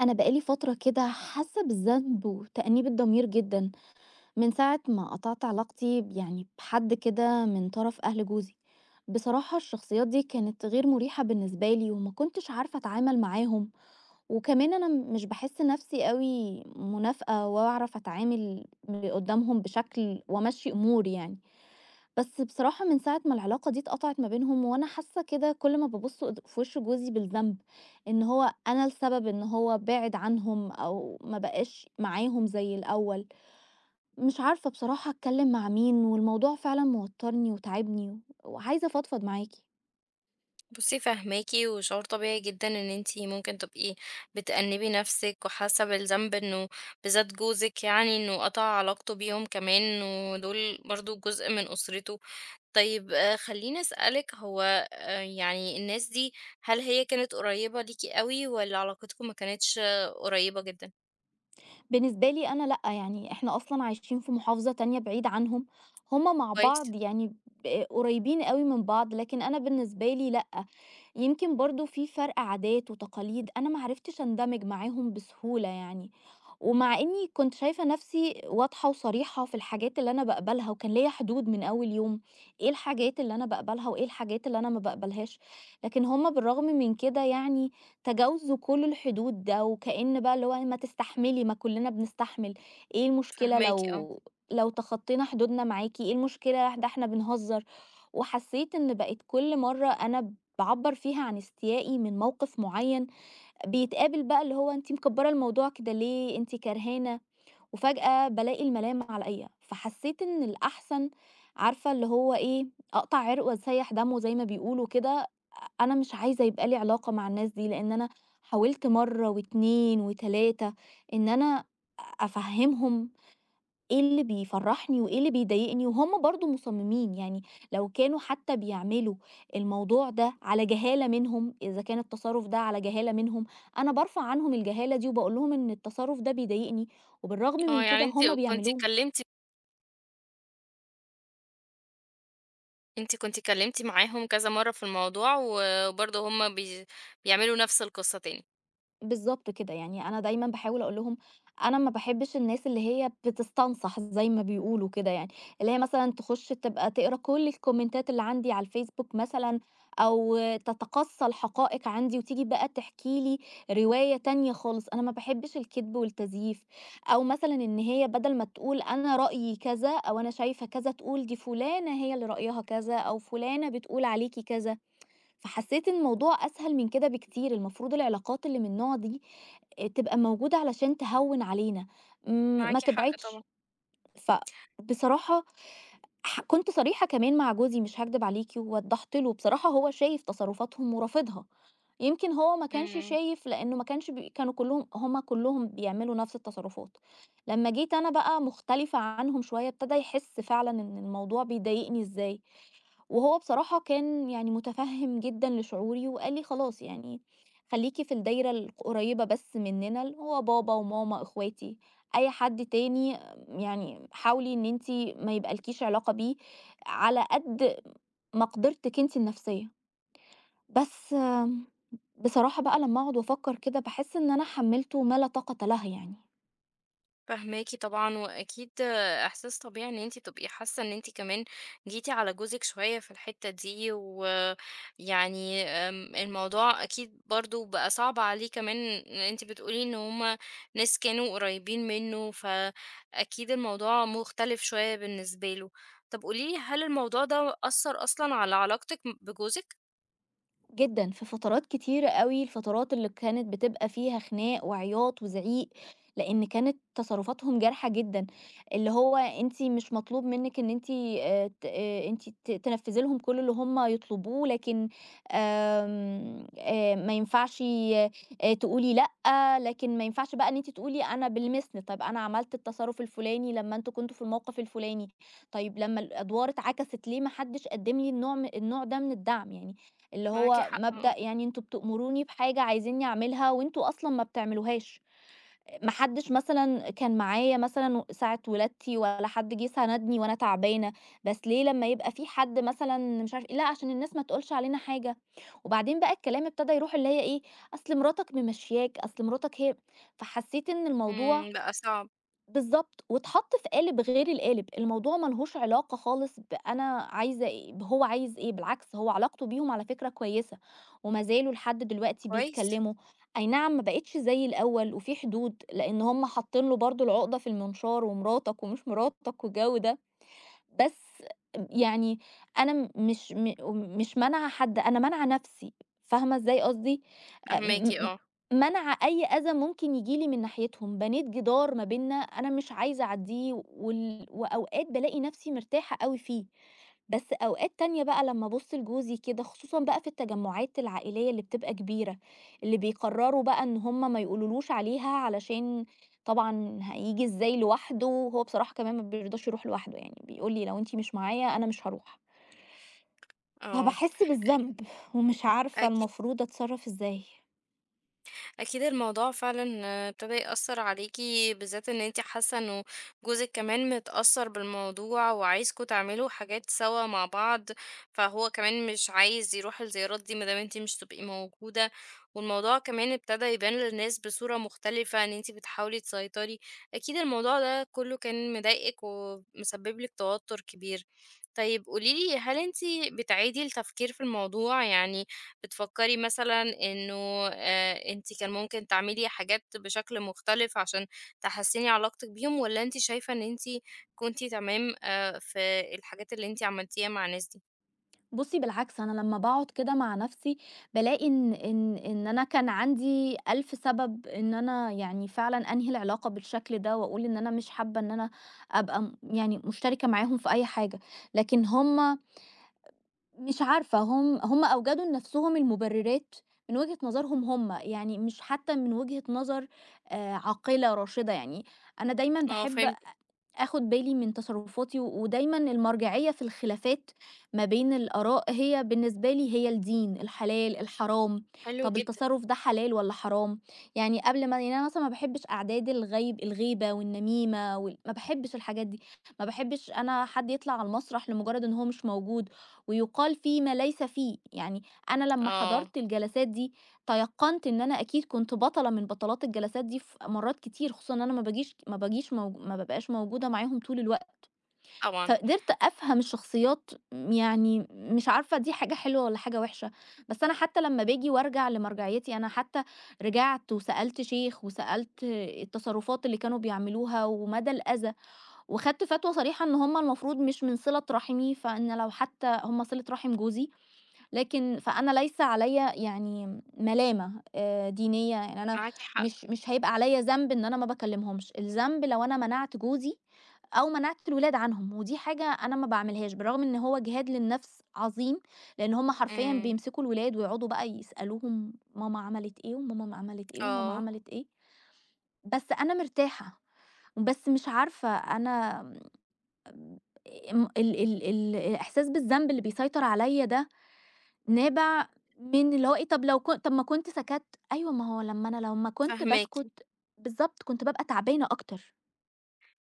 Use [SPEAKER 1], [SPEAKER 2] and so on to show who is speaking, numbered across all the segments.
[SPEAKER 1] أنا بقى لي فترة كده حاسة بالذنب وتأنيب الضمير جدًا، من ساعة ما قطعت علاقتي يعني بحد كده من طرف أهل جوزي، بصراحة الشخصيات دي كانت غير مريحة بالنسبة لي وما كنتش عارفة أتعامل معاهم، وكمان أنا مش باحس نفسي أوي منافقة وأعرف أتعامل قدّامهم بشكل وأمشّي أموري يعني. بس بصراحة من ساعة ما العلاقة دي اتقطعت ما بينهم وأنا حاسة كده كل ما ببص في وش جوزي بالذنب إن هو أنا السبب إن هو بعد عنهم أو ما بقاش معاهم زي الأول. مش عارفة بصراحة أتكلم مع مين، والموضوع فعلا موترني وتعبني وعايزة أفضفض معاكي.
[SPEAKER 2] بُصّي فاهماكِ، وشعور طبيعي جدًا إن أنتِ ممكن تبقي بتأنِّبي نفسِك وحاسة بالذنب إنه بالذات جوزِك يعني إنه قطع علاقته بيهم كمان، ودول برضه جزء من أسرته. طيب خلّيني أسألِك هو يعني الناس دي هل هي كانت قريبة ليكِ أوي والّا علاقتكم ما كانتش آه، قريبة جدًا؟
[SPEAKER 1] بالنسبة لي أنا لأ، يعني إحنا أصلًا عايشين في محافظة تانية بعيد عنهم، هم مع
[SPEAKER 2] كويس،
[SPEAKER 1] بعض يعني قريبين أوي من بعض، لكن أنا بالنسبة لي لأ، يمكن برضه في فرق عادات وتقاليد أنا ما عرفتش أندمج معاهم بسهولة يعني. ومع إني كنت شايفة نفسي واضحة وصريحة في الحاجات اللي أنا باقبلها، وكان ليّا حدود من أول يوم، إيه الحاجات اللي أنا باقبلها وإيه الحاجات اللي أنا ما باقبلهاش، لكن هُم بالرغم من كده يعني تجاوزوا كل الحدود ده، وكأن بقى اللي هو ما تستحملي ما كلنا بنستحمل، إيه المشكلة
[SPEAKER 2] فاهماكِ آه.
[SPEAKER 1] لو تخطينا حدودنا معاكِ، إيه المشكلة، ده إحنا بنهزر، وحسيت إن بقيت كل مرة أنا باعبّر فيها عن استيائي من موقف معين بيتقابل بقى اللي هو أنتِ مكبّرة الموضوع كده ليه، أنتِ كرهانة، وفجأة بالاقي الملام عليّا، فحسيت إن الأحسن عارفة اللي هو إيه، أقطع عرق وأسيّح دمه زي ما بيقولوا كده، أنا مش عايزة يبقى لي علاقة مع الناس دي، لإن أنا حاولت مرّة و2 و3 إن أنا أفهّمهم إيه اللي بيفرّحني وإيه اللي بيضايقني، وهُم برضه مصممين، يعني لو كانوا حتى بيعملوا الموضوع ده على جهالة منهم، إذا كان التصرُّف ده على جهالة منهم، أنا بارفع عنهم الجهالة دي وباقول لهم إن التصرُّف ده بيضايقني، وبالرغم
[SPEAKER 2] آه،
[SPEAKER 1] من
[SPEAKER 2] يعني
[SPEAKER 1] كده
[SPEAKER 2] أنتِ
[SPEAKER 1] هُم
[SPEAKER 2] كنتِ
[SPEAKER 1] بيعملوه.
[SPEAKER 2] اتكلمتِ أنتِ كنتِ اتكلمتِ معاهم كذا مرّة في الموضوع، وبرضه هُم بيعملوا نفس القصة تاني.
[SPEAKER 1] بالضبط كده، يعني أنا دايمًا باحاول أقول لهم أنا ما باحبش الناس اللي هي بتستنصح زي ما بيقولوا كده يعني، اللي هي مثلًا تخش تبقى تقرا كل الكومنتات اللي عندي على الفيسبوك مثلًا، أو تتقصّى الحقائق عندي وتيجي بقى تحكي لي رواية تانية خالص، أنا ما باحبش الكذب والتزييف، أو مثلًا إن هي بدل ما تقول أنا رأيي كذا أو أنا شايفة كذا، تقول دي فلانة هي اللي رأيها كذا، أو فلانة بتقول عليكِ كذا، فحسيت ان الموضوع أسهل من كده بكتير، المفروض العلاقات اللي من النوع دي تبقى موجودة علشان تهوّن علينا، م ما
[SPEAKER 2] معاكِ حق طبعًا،
[SPEAKER 1] تبعدش. فبصراحة كنت صريحة كمان مع جوزي مش هاكدب عليكِ، ووضّحت له، بصراحة هو شايف تصرفاتهم ورافضها، يمكن هو ما كانش
[SPEAKER 2] إمم،
[SPEAKER 1] شايف لإنه ما كانش بي كانوا كلّهم بيعملوا نفس التصرفات. لمّا جيت أنا بقى مختلفة عنهم شوية، ابتدى يحس فعلًا إن الموضوع بيضايقني إزاي. وهو بصراحة كان يعني مُتفهِّم جدًا لشعوري وقال لي: "خلاص يعني خلّيكِ في الدايرة القريّبة بس منّنا، اللي هو بابا وماما، إخواتي، أي حد تاني يعني حاولي إن أنتِ ما يبقى لكيش علاقة بيه على قد مقدرتِك أنتِ النفسية." بس بصراحة بقى لمّا أقعد وأفكّر كده باحس إن أنا حمّلته ما لا طاقة له يعني.
[SPEAKER 2] فاهماكِ طبعًا، وأكيد إحساس طبيعي إن أنتِ تبقي حاسة إن أنتِ كمان جيتِ على جوزِك شوية في الحتة دي، ويعني الموضوع أكيد برضه بقى صعب عليه كمان. أنتِ بتقولي إن هُم ناس كانوا قريبين منه، فأكيد الموضوع مختلف شوية بالنسبة له. طب قولي لي هل الموضوع ده أثّر أصلًا على علاقتِك بجوزِك؟
[SPEAKER 1] جدًا، في فترات كتيرة أوي، الفترات اللي كانت بتبقى فيها خناق وعياط وزعيق، لإن كانت تصرفاتهم جارحة جدًا، اللي هو أنتِ مش مطلوب منِّك إن أنتِ ت أنتِ ت تنفّذي لهم كل اللي هم يطلبوه، لكن آمم ما ينفعش تقولي لأ، لكن ما ينفعش بقى إن أنتِ تقولي أنا بلمسني، طب أنا عملت التصرف الفلاني لمّا أنتم كنتم في الموقف الفلاني، طيب لمّا الأدوار اتعكست ليه ما حدش قدّم لي النوع النوع ده من الدعم يعني؟ اللي
[SPEAKER 2] معاكِ
[SPEAKER 1] هو
[SPEAKER 2] حق آه،
[SPEAKER 1] مبدأ يعني أنتم بتأمروني بحاجة عايزينّي أعملها وأنتم أصلًا ما بتعملوهاش، ما حدش مثلًا كان معايا مثلًا ساعة ولادتي ولا حد جه ساندني وأنا تعبانة، بس ليه لمّا يبقى في حد مثلًا مش عارف إيه، لأ عشان الناس ما تقولش علينا حاجة، وبعدين بقى الكلام ابتدى يروح اللي هي إيه، أصل مراتك ممشياك، أصل مراتك هي فحسيت إن الموضوع
[SPEAKER 2] إمم، بقى صعب،
[SPEAKER 1] بالضبط، واتحط في قالب غير القالب، الموضوع ما لهوش علاقة خالص بأنا عايزة إيه هو عايز إيه، بالعكس هو علاقته بيهم على فكرة كويسة، وما زالوا لحد دلوقتي
[SPEAKER 2] كويس،
[SPEAKER 1] بيتكلموا، أي نعم ما بقتش زي الأول وفي حدود، لأن هم حاطين له برضه العقدة في المنشار، ومراتك ومش مراتك والجو ده، بس يعني أنا م مش م مش مانعة حد، أنا مانعة نَفْسي، فاهمة إزاي قصدي؟
[SPEAKER 2] فاهماكِ
[SPEAKER 1] م م
[SPEAKER 2] آه،
[SPEAKER 1] مانعة أي أذى ممكن ييجي لي من ناحيتهم، بنيت جدار ما بيننا أنا مش عايزة أعدّيه، وأوقات بالاقي نَفْسي مرتاحة أوي فيه، بس أوقات تانية بقى لمّا أبُص لجوزي كده خصوصًا بقى في التجمُّعات العائلية اللي بتبقى كبيرة، اللي بيقرّروا بقى إن هم ما يقولولوش عليها علشان طبعًا هييجي إزاي لوحده، وهو بصراحة كمان ما بيرضاش يروح لوحده، يعني بيقول لي: "لو أنتِ مش معايا أنا مش هاروح."
[SPEAKER 2] آه،
[SPEAKER 1] فباحس
[SPEAKER 2] أك
[SPEAKER 1] بالذنب ومش عارفة
[SPEAKER 2] أكيد.
[SPEAKER 1] المفروض أتصرّف إزاي.
[SPEAKER 2] اكيد الموضوع فعلا آه، ابتدى يأثر عليكي بالذات ان انتي حاسة انه جوزك كمان متأثر بالموضوع وعايزكوا تعملوا حاجات سوا مع بعض، فهو كمان مش عايز يروح الزيارات دي مادام انتي مش تبقي موجودة، والموضوع كمان ابتدى يبان للناس بصورة مختلفة ان انتي بتحاولي تسيطري. اكيد الموضوع ده كله كان مضايقك ومسبب لك توتر كبير. طيب قوليلي هل انتي بتعيدي التفكير في الموضوع، يعني بتفكري مثلًا إنه أنتِ كان ممكن تعملي حاجات بشكل مختلف عشان تحسّني علاقتِك بيهم، والّا أنتِ شايفة إن أنتِ كنتِ تمام في الحاجات اللي أنتِ عملتيها مع الناس دي؟
[SPEAKER 1] بُصّي، بالعكس أنا لمّا باقعد كده مع نفسي بالاقي إن أنا كان عندي ألف سبب إن أنا يعني فعلًا أنهي العلاقة بالشكل ده، وأقول إن أنا مش حابة إن أنا أبقى يعني مشتركة معاهم في أي حاجة، لكن هُم مش عارفة هم أوجدوا لنفسهم المبررات من وجهة نظرهم هم يعني مش حتى من وجهة نظر آه، عاقلة راشدة يعني أنا دايما
[SPEAKER 2] آه
[SPEAKER 1] بحب
[SPEAKER 2] فهمتِك،
[SPEAKER 1] آخد بالي من تصرفاتي، ودايمًا المرجعية في الخلافات ما بين الآراء هي بالنسبة لي هي الدين، الحلال، الحرام،
[SPEAKER 2] حلو
[SPEAKER 1] طب
[SPEAKER 2] جدًا،
[SPEAKER 1] التصرف ده حلال والّا حرام؟ يعني قبل ما يعني أنا مثلًا ما باحبش أعداد الغيب الغيبة والنميمة ما باحبش الحاجات دي، ما باحبش أنا حد يطلع على المسرح لمجرد إن هو مش موجود، ويُقال فيه ما ليس فيه، يعني أنا لمّا
[SPEAKER 2] آه،
[SPEAKER 1] حضرت الجلسات دي تيقّنت إن أنا أكيد كنت بطلة من بطلات الجلسات دي في مرّات كتير، خصوصًا إن أنا ما بابقاش موجودة معاهم طول الوقت،
[SPEAKER 2] طبعًا
[SPEAKER 1] فقدرت أفهم الشخصيات يعني مش عارفة دي حاجة حلوة والّا حاجة وحشة، بس أنا حتى لمّا باجي وارجع لمرجعيتي أنا حتى رجعت وسألت شيخ وسألت التصرفات اللي كانوا بيعملوها ومدى الأذى، وخدت فتوى صريحة إن هُم المفروض مش من صِلة رحمي، فإن لو حتى هُم صِلة رحم جوزي لكن فأنا ليس عليّا يعني ملامة دينية، يعني أنا
[SPEAKER 2] معاكِ حق،
[SPEAKER 1] مش هيبقى عليّا ذنب إن أنا ما باكلمهمش، الذنب لو أنا منعت جوزي أو منعت الولاد عنهم، ودي حاجة أنا ما باعملهاش، بالرغم إن هو جهاد للنفس عظيم، لإن هم حرفيًا
[SPEAKER 2] إمم،
[SPEAKER 1] بيمسكوا الولاد ويقعدوا بقى يسألوهم ماما عملت إيه، وماما عملت إيه، وماما
[SPEAKER 2] آه،
[SPEAKER 1] عملت إيه، بس أنا مرتاحة، بس مش عارفة أنا م ال ال ال الإحساس بالذنب اللي بيسيطر عليّا ده نابع من اللي هو إيه، طب لو كن طب ما كنت سكَتّ؟ أيوه، ما هو لمّا كنت
[SPEAKER 2] فاهماكِ.
[SPEAKER 1] باسكُت بالضبط، كنت بابقى تعبانة أكتر.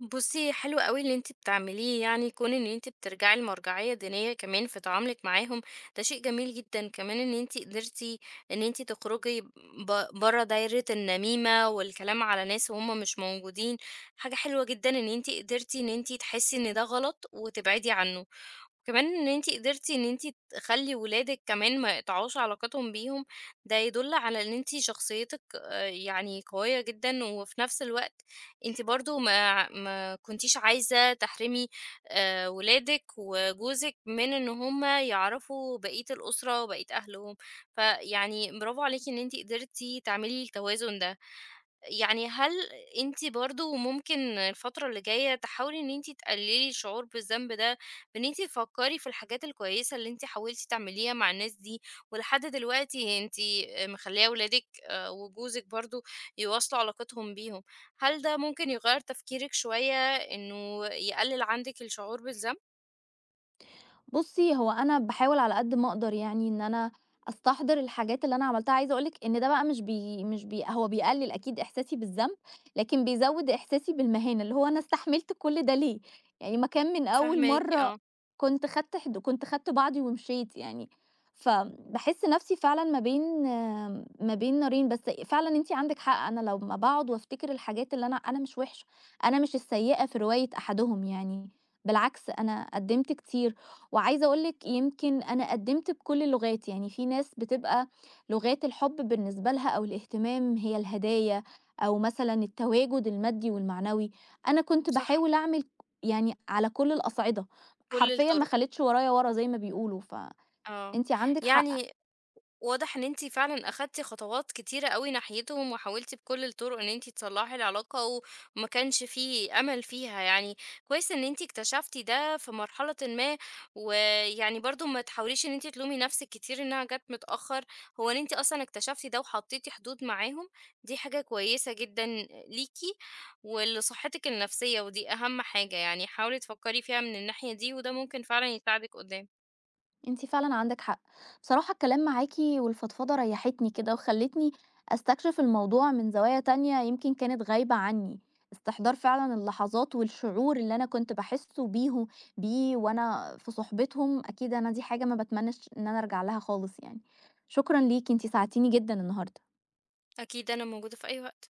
[SPEAKER 2] بُصّي، حلو أوي اللي أنتِ بتعمليه، يعني كون إن أنتِ بترجعي لمرجعية دينية كمان في تعاملِك معاهم، ده شيء جميل جدًا، كمان إن أنتِ قدرتِ إن أنتِ تخرجي برّه دايرة النميمة والكلام على ناس وهُم مش موجودين، حاجة حلوة جدًا إن أنتِ قدرتِ إن أنتِ تحسي إن ده غلط وتبعدي عنه. وكمان إن أنتِ قدرتِ إن أنتِ تخلّي ولادِك كمان ما يقطعوش علاقتهم بيهم، ده يدل على إن أنتِ شخصيتِك يعني قوية جدًا، وفي نفس الوقت أنتِ برضه ما كنتيش عايزة تحرمي ولادِك وجوزِك من إن هُم يعرفوا بقية الأسرة وبقية أهلهم، فيعني برافو عليكِ إن أنتِ قدرتِ تعملي التوازن ده. يعني هل أنتِ برضه ممكن الفترة اللي جاية تحاولي إن أنتِ تقللي الشعور بالذنب ده، بإن أنتِ تفكري في الحاجات الكويسة اللي أنتِ حاولتِ تعمليها مع الناس دي، ولحد دلوقتي أنتِ مخلية ولادِك وجوزِك برضه يواصلوا علاقتهم بيهم، هل ده ممكن يغير تفكيرِك شوية إنه يقلل عندِك الشعور بالذنب؟
[SPEAKER 1] بُصّي، هو أنا باحاول على قد ما أقدر يعني إن أنا أستحضر الحاجات اللي أنا عملتها، عايزة أقول لِك إن ده بقى مش بي مش بي هو بيقلل أكيد إحساسي بالذنب، لكن بيزوّد إحساسي بالمهانة، اللي هو أنا استحملت كل ده ليه؟ يعني ما كان من أول
[SPEAKER 2] فاهماكِ،
[SPEAKER 1] مرّة
[SPEAKER 2] آه،
[SPEAKER 1] كنت خدت بعضي ومشيت يعني، فباحس نفسي فعلًا ما بين ما بين نارين، بس فعلًا أنتِ عندِك حق، أنا لمّا باقعد وافتكر الحاجات اللي أنا مش وحشة، أنا مش السيئة في رواية أحدهم يعني، بالعكس أنا قدّمت كتير، وعايزة أقول لِك يمكن أنا قدّمت بكل لغاتي، يعني في ناس بتبقى لغات الحب بالنسبة لها أو الاهتمام هي الهدايا أو مثلًا التواجد المادي والمعنوي، أنا كنت
[SPEAKER 2] صح.
[SPEAKER 1] باحاول أعمل يعني على كل الأصعدة،
[SPEAKER 2] كل
[SPEAKER 1] حرفيًا ما
[SPEAKER 2] الطرق،
[SPEAKER 1] خليتش ورايا ورا زي ما بيقولوا،
[SPEAKER 2] آه،
[SPEAKER 1] فأنتِ عندِك حق.
[SPEAKER 2] يعني واضح إن أنتِ فعلًا أخدتِ خطوات كتيرة أوي ناحيتهم، وحاولتِ بكل الطرق إن أنتِ تصلّحي العلاقة وما كانش في أمل فيها يعني، كويس إن أنتِ اكتشفتِ ده في مرحلةٍ ما، ويعني برضه ما تحاوليش إن أنتِ تلومي نفسِك كتير إنها جات متأخر، هو إن أنتِ أصلًا اكتشفتِ ده وحطيتِ حدود معاهم، دي حاجة كويسة جدًا ليكِ ولصحتِك النفسية، ودي أهم حاجة يعني، حاولي تفكري فيها من الناحية دي، وده ممكن فعلًا يساعدِك قدّام.
[SPEAKER 1] انتي فعلا عندك حق. بصراحة الكلام معاكي والفضفضة ريحتني كده وخلتني استكشف الموضوع من زوايا تانية يمكن كانت غايبة عني. استحضار فعلا اللحظات والشعور اللي انا كنت بحسه بيه وانا في صحبتهم، اكيد انا دي حاجة ما بتمنش ان انا ارجع لها خالص يعني. شكرا ليكي، انتي ساعدتيني جدا النهاردة.
[SPEAKER 2] أكيد أنا موجودة في أي وقت.